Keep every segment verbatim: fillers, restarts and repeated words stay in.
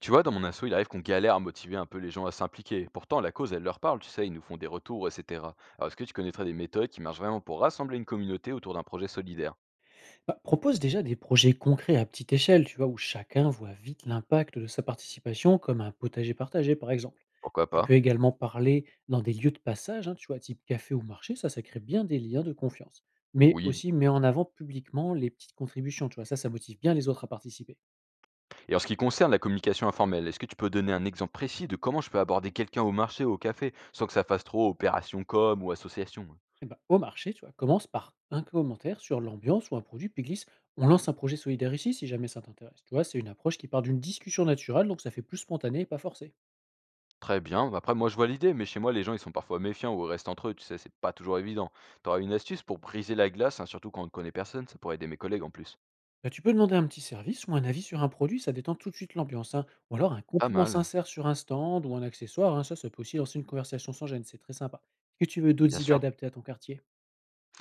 Tu vois, dans mon assaut, il arrive qu'on galère à motiver un peu les gens à s'impliquer. Pourtant, la cause, elle leur parle, tu sais, ils nous font des retours, et cetera. Alors, est-ce que tu connaîtrais des méthodes qui marchent vraiment pour rassembler une communauté autour d'un projet solidaire? Bah, propose déjà des projets concrets à petite échelle, tu vois, où chacun voit vite l'impact de sa participation, comme un potager partagé, par exemple. Pourquoi Tu peux pas. également parler dans des lieux de passage, hein, tu vois, type café ou marché, ça, ça crée bien des liens de confiance. Mais Oui. aussi, mets en avant publiquement les petites contributions, tu vois, ça, ça motive bien les autres à participer. Et en ce qui concerne la communication informelle, est-ce que tu peux donner un exemple précis de comment je peux aborder quelqu'un au marché ou au café sans que ça fasse trop opération com ou association? Et ben, au marché, tu vois, commence par un commentaire sur l'ambiance ou un produit, puis glisse, on lance un projet solidaire ici, si jamais ça t'intéresse. Tu vois, c'est une approche qui part d'une discussion naturelle, donc ça fait plus spontané et pas forcé. Très bien. Après, moi, je vois l'idée, mais chez moi, les gens, ils sont parfois méfiants ou restent entre eux, tu sais, c'est pas toujours évident. T'auras une astuce pour briser la glace, hein, surtout quand on ne connaît personne, ça pourrait aider mes collègues en plus. Bah, tu peux demander un petit service ou un avis sur un produit, ça détend tout de suite l'ambiance, hein. Ou alors un Pas compliment mal, sincère sur un stand ou un accessoire, hein, ça, ça peut aussi lancer une conversation sans gêne, c'est très sympa. Est-ce que tu veux bien d'autres idées sûr. adaptées à ton quartier?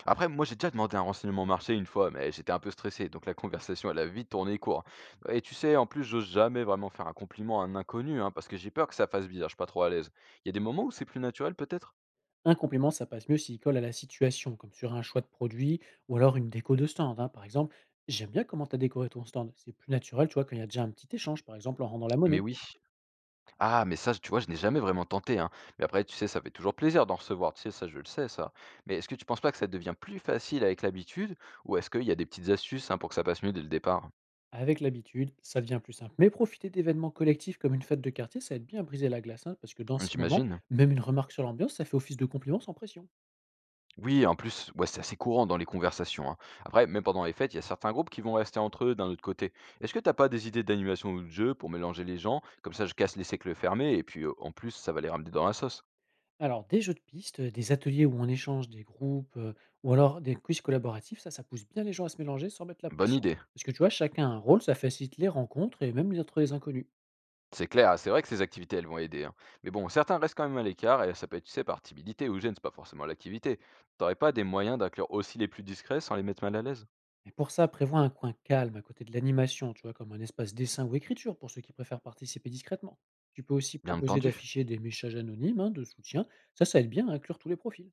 Après, moi, j'ai déjà demandé un renseignement marché une fois, mais j'étais un peu stressé, donc la conversation, elle a vite tourné court. Et tu sais, en plus, j'ose jamais vraiment faire un compliment à un inconnu, hein, parce que j'ai peur que ça fasse bizarre, je suis pas trop à l'aise. Il y a des moments où c'est plus naturel, peut-être? Un compliment, ça passe mieux s'il colle à la situation, comme sur un choix de produit ou alors une déco de stand, hein. Par exemple, j'aime bien comment tu as décoré ton stand. C'est plus naturel, tu vois, quand il y a déjà un petit échange, par exemple en rendant la Mais monnaie. oui. Ah, mais ça, tu vois, je n'ai jamais vraiment tenté, hein. Mais après, tu sais, ça fait toujours plaisir d'en recevoir, tu sais, ça, je le sais, ça. Mais est-ce que tu penses pas que ça devient plus facile avec l'habitude, ou est-ce qu'il y a des petites astuces, hein, pour que ça passe mieux dès le départ? Avec l'habitude, ça devient plus simple. Mais profiter d'événements collectifs comme une fête de quartier, ça aide bien à briser la glace, hein, parce que dans ces moments, J'imagine. même une remarque sur l'ambiance, ça fait office de compliment sans pression. Oui, en plus, ouais, c'est assez courant dans les conversations, hein. Après, même pendant les fêtes, il y a certains groupes qui vont rester entre eux d'un autre côté. Est-ce que t'as pas des idées d'animation ou de jeu pour mélanger les gens? Comme ça, je casse les cercles fermés et puis euh, en plus, ça va les ramener dans la sauce. Alors, des jeux de piste, heu, des ateliers où on échange des groupes, heu, ou alors des quiz collaboratifs, ça, ça pousse bien les gens à se mélanger sans mettre la Bonne pression. idée. Parce que tu vois, chacun a un rôle, ça facilite les rencontres et même les entre les inconnus. C'est clair, c'est vrai que ces activités, elles vont aider, hein. Mais bon, certains restent quand même à l'écart et ça peut être, tu sais, par timidité ou gêne, c'est pas forcément l'activité. T'aurais pas des moyens d'inclure aussi les plus discrets sans les mettre mal à l'aise? Et pour ça, prévois un coin calme à côté de l'animation, tu vois, comme un espace dessin ou écriture pour ceux qui préfèrent participer discrètement. Tu peux aussi Bien proposer entendu. d'afficher des messages anonymes, hein, de soutien. Ça, ça aide bien à inclure tous les profils.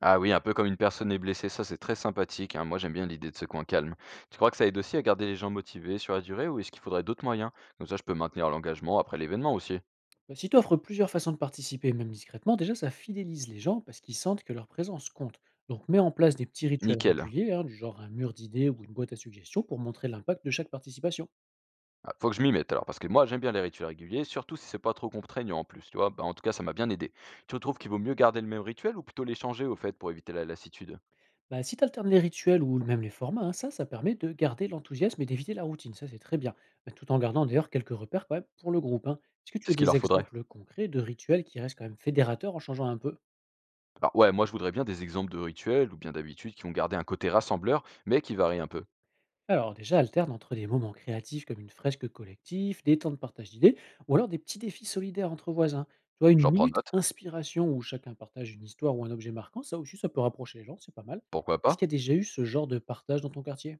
Ah oui, un peu comme une personne est blessée, ça c'est très sympathique, hein. Moi j'aime bien l'idée de ce coin calme. Tu crois que ça aide aussi à garder les gens motivés sur la durée ou est-ce qu'il faudrait d'autres moyens? Comme ça je peux maintenir l'engagement après l'événement aussi. Bah, si tu offres plusieurs façons de participer, même discrètement, déjà ça fidélise les gens parce qu'ils sentent que leur présence compte. Donc mets en place des petits rituels Nickel. réguliers, hein, du genre un mur d'idées ou une boîte à suggestions pour montrer l'impact de chaque participation. Ah, faut que je m'y mette alors, parce que moi j'aime bien les rituels réguliers, surtout si c'est pas trop contraignant en plus, tu vois. Bah, en tout cas, ça m'a bien aidé. Tu trouves qu'il vaut mieux garder le même rituel ou plutôt les changer au fait pour éviter la lassitude? Bah, si tu alternes les rituels ou même les formats, hein, ça, ça permet de garder l'enthousiasme et d'éviter la routine, ça c'est très bien. Bah, tout en gardant d'ailleurs quelques repères quand même pour le groupe, hein. Est-ce que tu C'est as ce qu'il des leur faudrait. exemples concrets de rituels qui restent quand même fédérateurs en changeant un peu? Alors ouais, moi je voudrais bien des exemples de rituels ou bien d'habitudes qui vont garder un côté rassembleur, mais qui varient un peu. Alors déjà, alterne entre des moments créatifs comme une fresque collective, des temps de partage d'idées, ou alors des petits défis solidaires entre voisins. Tu vois, une J'en prends minute note, inspiration où chacun partage une histoire ou un objet marquant, ça aussi, ça peut rapprocher les gens, c'est pas mal. pourquoi Est-ce qu'il y pas? a déjà eu ce genre de partage dans ton quartier?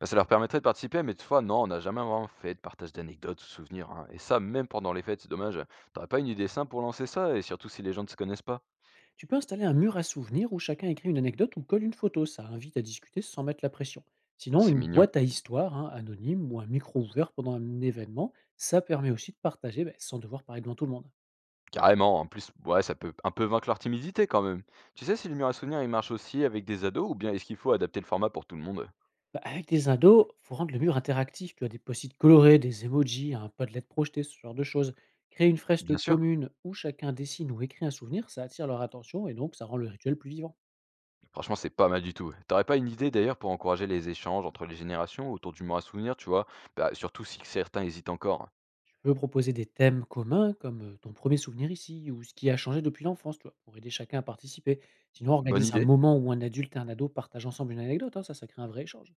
Bah, ça leur permettrait de participer, mais toutefois, non, on n'a jamais vraiment fait de partage d'anecdotes ou souvenirs, hein. Et ça, même pendant les fêtes, c'est dommage. T'aurais pas une idée simple pour lancer ça, et surtout si les gens ne se connaissent pas? Tu peux installer un mur à souvenirs où chacun écrit une anecdote ou colle une photo, ça invite à discuter sans mettre la pression. Sinon, C'est une mignon. boîte à histoire hein, anonyme ou un micro ouvert pendant un événement, ça permet aussi de partager ben, sans devoir parler devant tout le monde. Carrément, en plus, ouais, ça peut un peu vaincre leur timidité quand même. Tu sais si le mur à souvenirs, il marche aussi avec des ados, ou bien est-ce qu'il faut adapter le format pour tout le monde? Bah, avec des ados, faut rendre le mur interactif. Tu as des post-it colorés, des emojis, un pas de lettres projetées, ce genre de choses. Créer une fresque Bien sûr, commune où chacun dessine ou écrit un souvenir, ça attire leur attention et donc ça rend le rituel plus vivant. franchement, c'est pas mal du tout, ouais. T'aurais pas une idée d'ailleurs pour encourager les échanges entre les générations autour du mur à souvenirs, tu vois? Bah, surtout si certains hésitent encore. Tu peux proposer des thèmes communs comme euh, ton premier souvenir ici ou ce qui a changé depuis l'enfance, tu vois, pour aider chacun à participer. Sinon, Bonne organise un idée. moment où un adulte et un ado partagent ensemble une anecdote, hein, ça, ça crée un vrai échange.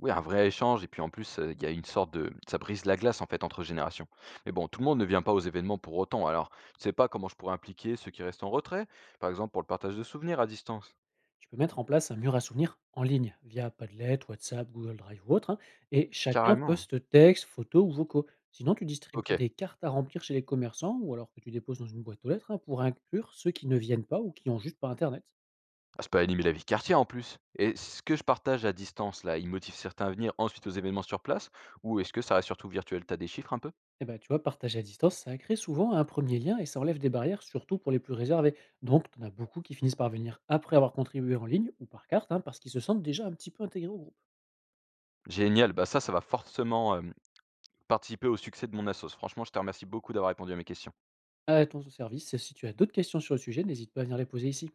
Oui, un vrai échange et puis en plus, heu, il y a une sorte de ça brise la glace en fait entre générations. Mais bon, tout le monde ne vient pas aux événements pour autant, alors je sais pas comment je pourrais impliquer ceux qui restent en retrait? Par exemple pour le partage de souvenirs à distance? Tu peux mettre en place un mur à souvenirs en ligne via Padlet, WhatsApp, Google Drive ou autre, hein, et chacun Carrément. poste texte, photos ou vocaux. Sinon, tu distribues OK. des cartes à remplir chez les commerçants ou alors que tu déposes dans une boîte aux lettres hein, pour inclure ceux qui ne viennent pas ou qui ont juste pas Internet. Ah, ça peut animer la vie de quartier en plus. Et ce que je partage à distance là, il motive certains à venir ensuite aux événements sur place? Ou est-ce que ça reste surtout virtuel? T'as des chiffres un peu? Et ben, tu vois, partager à distance, ça crée souvent un premier lien et ça enlève des barrières, surtout pour les plus réservés. Donc, tu en as beaucoup qui finissent par venir après avoir contribué en ligne ou par carte, hein, parce qu'ils se sentent déjà un petit peu intégrés au groupe. Génial, bah ça, ça va forcément, hem, participer au succès de mon assos. Franchement, je te remercie beaucoup d'avoir répondu à mes questions. À ton service, si tu as d'autres questions sur le sujet, n'hésite pas à venir les poser ici.